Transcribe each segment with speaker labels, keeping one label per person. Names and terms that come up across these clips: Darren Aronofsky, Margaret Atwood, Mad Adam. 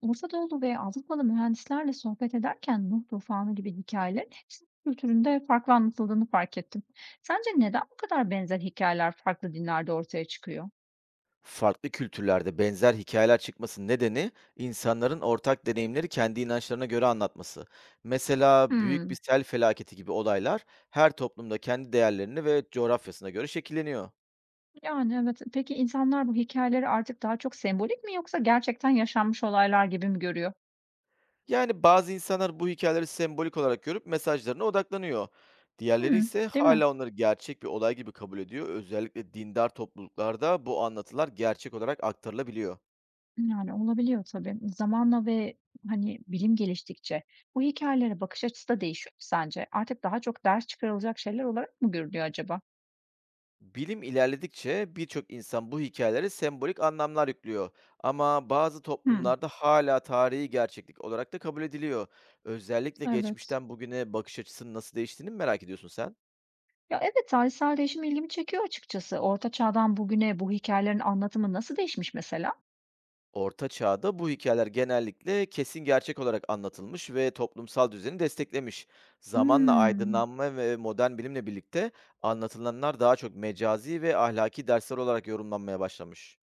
Speaker 1: Ortadoğu ve Avrupalı mühendislerle sohbet ederken Nuh Tufanı gibi hikayelerin hepsinin kültüründe farklı anlatıldığını fark ettim. Sence neden bu kadar benzer hikayeler farklı dinlerde ortaya çıkıyor?
Speaker 2: Farklı kültürlerde benzer hikayeler çıkmasının nedeni insanların ortak deneyimleri kendi inançlarına göre anlatması. Mesela büyük bir
Speaker 1: Hmm,
Speaker 2: sel felaketi gibi olaylar her toplumda kendi değerlerini ve coğrafyasına göre şekilleniyor.
Speaker 1: yani evet. Peki insanlar bu hikayeleri artık daha çok sembolik mi yoksa gerçekten yaşanmış olaylar gibi mi görüyor?
Speaker 2: Yani bazı insanlar bu hikayeleri sembolik olarak görüp mesajlarına odaklanıyor. Diğerleri
Speaker 1: Hmm,
Speaker 2: ise
Speaker 1: değil mi?
Speaker 2: hala onları gerçek bir olay gibi kabul ediyor. Özellikle dindar topluluklarda bu anlatılar gerçek olarak aktarılabiliyor.
Speaker 1: Yani olabiliyor tabii. Zamanla ve hani bilim geliştikçe bu hikayelere bakış açısı da değişiyor mu sence? Artık daha çok ders çıkarılacak şeyler olarak mı görülüyor acaba?
Speaker 2: Bilim ilerledikçe birçok insan bu hikayelere sembolik anlamlar yüklüyor. Ama bazı
Speaker 1: Hmm,
Speaker 2: toplumlarda hala tarihi gerçeklik olarak da kabul ediliyor. Özellikle
Speaker 1: evet.
Speaker 2: geçmişten bugüne bakış açısının nasıl değiştiğini mi merak ediyorsun sen?
Speaker 1: Ya evet, tarihsel değişim ilgimi çekiyor açıkçası. Orta Çağ'dan bugüne bu hikâyelerin anlatımı nasıl değişmiş mesela?
Speaker 2: Orta Çağ'da bu hikayeler genellikle kesin gerçek olarak anlatılmış ve toplumsal düzeni desteklemiş. Zamanla
Speaker 1: Hmm.
Speaker 2: aydınlanma ve modern bilimle birlikte anlatılanlar daha çok mecazi ve ahlaki dersler olarak yorumlanmaya başlamış.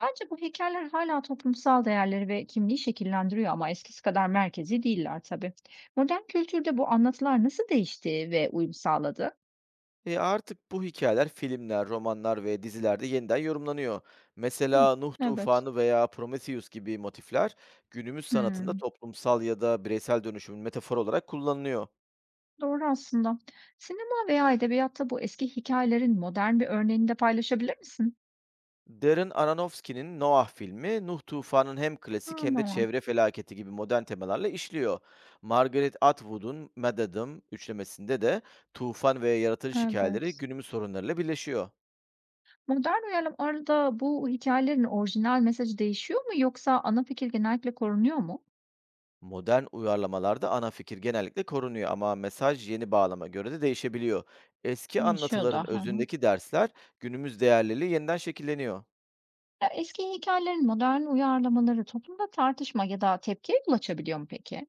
Speaker 1: Bence bu hikâyeler hala toplumsal değerleri ve kimliği şekillendiriyor ama eskisi kadar merkezi değiller tabii. Modern kültürde bu anlatılar nasıl değişti ve uyum sağladı?
Speaker 2: Artık bu hikayeler filmler, romanlar ve dizilerde yeniden yorumlanıyor.
Speaker 1: Hı,
Speaker 2: Mesela Nuh
Speaker 1: evet.
Speaker 2: Tufanı veya Prometheus gibi motifler günümüz sanatında
Speaker 1: Hımm,
Speaker 2: toplumsal ya da bireysel dönüşümün metaforu olarak kullanılıyor.
Speaker 1: doğru aslında. Sinema veya edebiyatta bu eski hikâyelerin modern bir örneğini de paylaşabilir misin?
Speaker 2: Darren Aronofsky'nin Noah filmi Nuh Tufanı'nın hem klasik hem de
Speaker 1: Ama,
Speaker 2: çevre felaketi gibi modern temalarla işliyor. Margaret Atwood'un Mad Adam üçlemesinde de tufan ve yaratıcı hikayeleri
Speaker 1: evet.
Speaker 2: günümüz sorunlarıyla birleşiyor.
Speaker 1: Modern uyarlamalarda bu hikayelerin orijinal mesajı değişiyor mu yoksa ana fikir genellikle korunuyor mu?
Speaker 2: Modern uyarlamalarda ana fikir genellikle korunuyor, ama mesaj yeni bağlama göre de değişebiliyor. Eski
Speaker 1: Değişiyor
Speaker 2: anlatıların
Speaker 1: da. Hı hı.
Speaker 2: özündeki dersler günümüz değerleriyle yeniden şekilleniyor.
Speaker 1: Ya, eski hikayelerin modern uyarlamaları toplumda tartışma ya da tepkiye yol açabiliyor mu peki?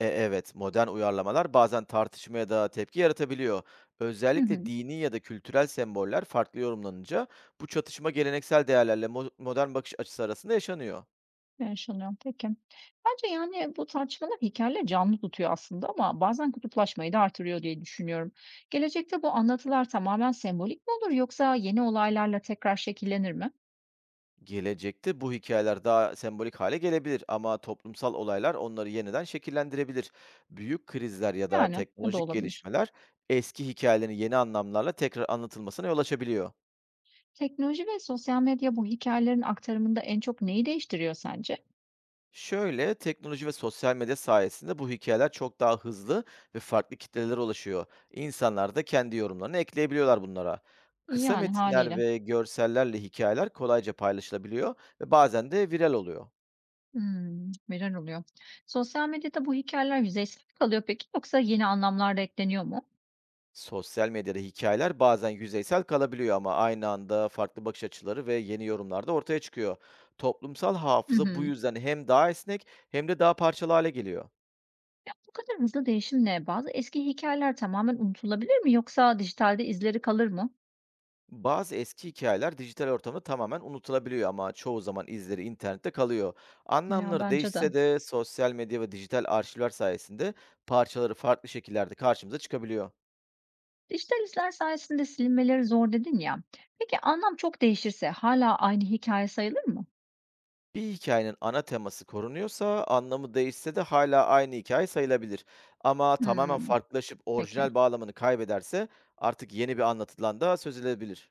Speaker 2: Evet, modern uyarlamalar bazen tartışma ya da tepki yaratabiliyor.
Speaker 1: Hı hı.
Speaker 2: Özellikle dini ya da kültürel semboller farklı yorumlanınca bu çatışma geleneksel değerlerle modern bakış açısı arasında yaşanıyor.
Speaker 1: Yaşanıyor. Peki. Bence yani bu tartışmalar hikâyeleri canlı tutuyor aslında ama bazen kutuplaşmayı da artırıyor diye düşünüyorum. Gelecekte bu anlatılar tamamen sembolik mi olur yoksa yeni olaylarla tekrar şekillenir mi?
Speaker 2: Gelecekte bu hikayeler daha sembolik hale gelebilir, ama toplumsal olaylar onları yeniden şekillendirebilir. Büyük krizler ya da
Speaker 1: Yani o da
Speaker 2: teknolojik
Speaker 1: olabilir.
Speaker 2: gelişmeler eski hikayelerin yeni anlamlarla tekrar anlatılmasına yol açabiliyor.
Speaker 1: Teknoloji ve sosyal medya bu hikayelerin aktarımında en çok neyi değiştiriyor sence?
Speaker 2: Şöyle, teknoloji ve sosyal medya sayesinde bu hikayeler çok daha hızlı ve farklı kitlelere ulaşıyor. İnsanlar da kendi yorumlarını ekleyebiliyorlar bunlara. Kısa
Speaker 1: Yani
Speaker 2: metinler
Speaker 1: haliyle.
Speaker 2: ve görsellerle hikayeler kolayca paylaşılabiliyor ve bazen de viral oluyor.
Speaker 1: Hımm, neler oluyor? Sosyal medyada bu hikayeler yüzeysel mi kalıyor peki yoksa yeni anlamlar da ekleniyor mu?
Speaker 2: Sosyal medyada hikayeler bazen yüzeysel kalabiliyor, ama aynı anda farklı bakış açıları ve yeni yorumlar da ortaya çıkıyor. Toplumsal
Speaker 1: Hı
Speaker 2: hafıza bu
Speaker 1: hı.
Speaker 2: yüzden hem daha esnek hem de daha parçalı hale geliyor.
Speaker 1: Ya, bu kadar hızlı değişimle bazı eski hikayeler tamamen unutulabilir mi yoksa dijitalde izleri kalır mı?
Speaker 2: Bazı eski hikayeler dijital ortamda tamamen unutulabiliyor, ama çoğu zaman izleri internette kalıyor.
Speaker 1: Ya,
Speaker 2: Anlamları
Speaker 1: bence
Speaker 2: değişse
Speaker 1: de.
Speaker 2: de sosyal medya ve dijital arşivler sayesinde parçaları farklı şekillerde karşımıza çıkabiliyor.
Speaker 1: Dijital izler sayesinde silinmeleri zor dedin ya. Peki anlam çok değişirse hala aynı hikaye sayılır mı?
Speaker 2: Bir hikayenin ana teması korunuyorsa, anlamı değişse de hala aynı hikaye sayılabilir. Ama tamamen
Speaker 1: Hımm,
Speaker 2: farklılaşıp
Speaker 1: peki.
Speaker 2: orijinal bağlamını kaybederse artık yeni bir anlatıdan da söz edilebilir.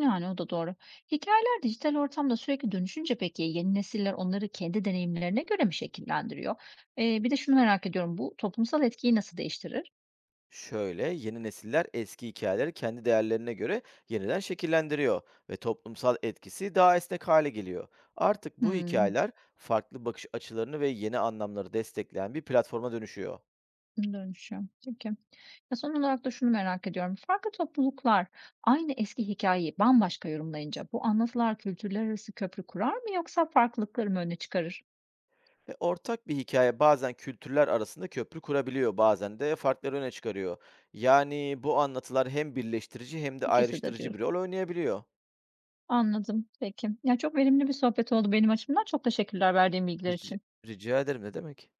Speaker 1: Yani o da doğru. Hikayeler dijital ortamda sürekli dönüşünce peki yeni nesiller onları kendi deneyimlerine göre mi şekillendiriyor? Bir de şunu merak ediyorum, bu toplumsal etkiyi nasıl değiştirir?
Speaker 2: Şöyle, yeni nesiller eski hikayeleri kendi değerlerine göre yeniden şekillendiriyor ve toplumsal etkisi daha esnek hale geliyor. Artık bu
Speaker 1: Hımm,
Speaker 2: hikayeler farklı bakış açılarını ve yeni anlamları destekleyen bir platforma dönüşüyor.
Speaker 1: dönüşüyor. Peki. Ya, son olarak da şunu merak ediyorum, farklı topluluklar aynı eski hikayeyi bambaşka yorumlayınca bu anlatılar kültürler arası köprü kurar mı yoksa farklılıkları mı öne çıkarır?
Speaker 2: Ortak bir hikaye bazen kültürler arasında köprü kurabiliyor, bazen de farkları öne çıkarıyor. Yani bu anlatılar hem birleştirici hem de
Speaker 1: İkisi de
Speaker 2: ayrıştırıcı bir
Speaker 1: diyorsun.
Speaker 2: rol oynayabiliyor.
Speaker 1: Anladım, peki. Ya, çok verimli bir sohbet oldu benim açımdan. Çok teşekkürler verdiğin bilgiler
Speaker 2: Rica,
Speaker 1: için.
Speaker 2: rica ederim, ne demek?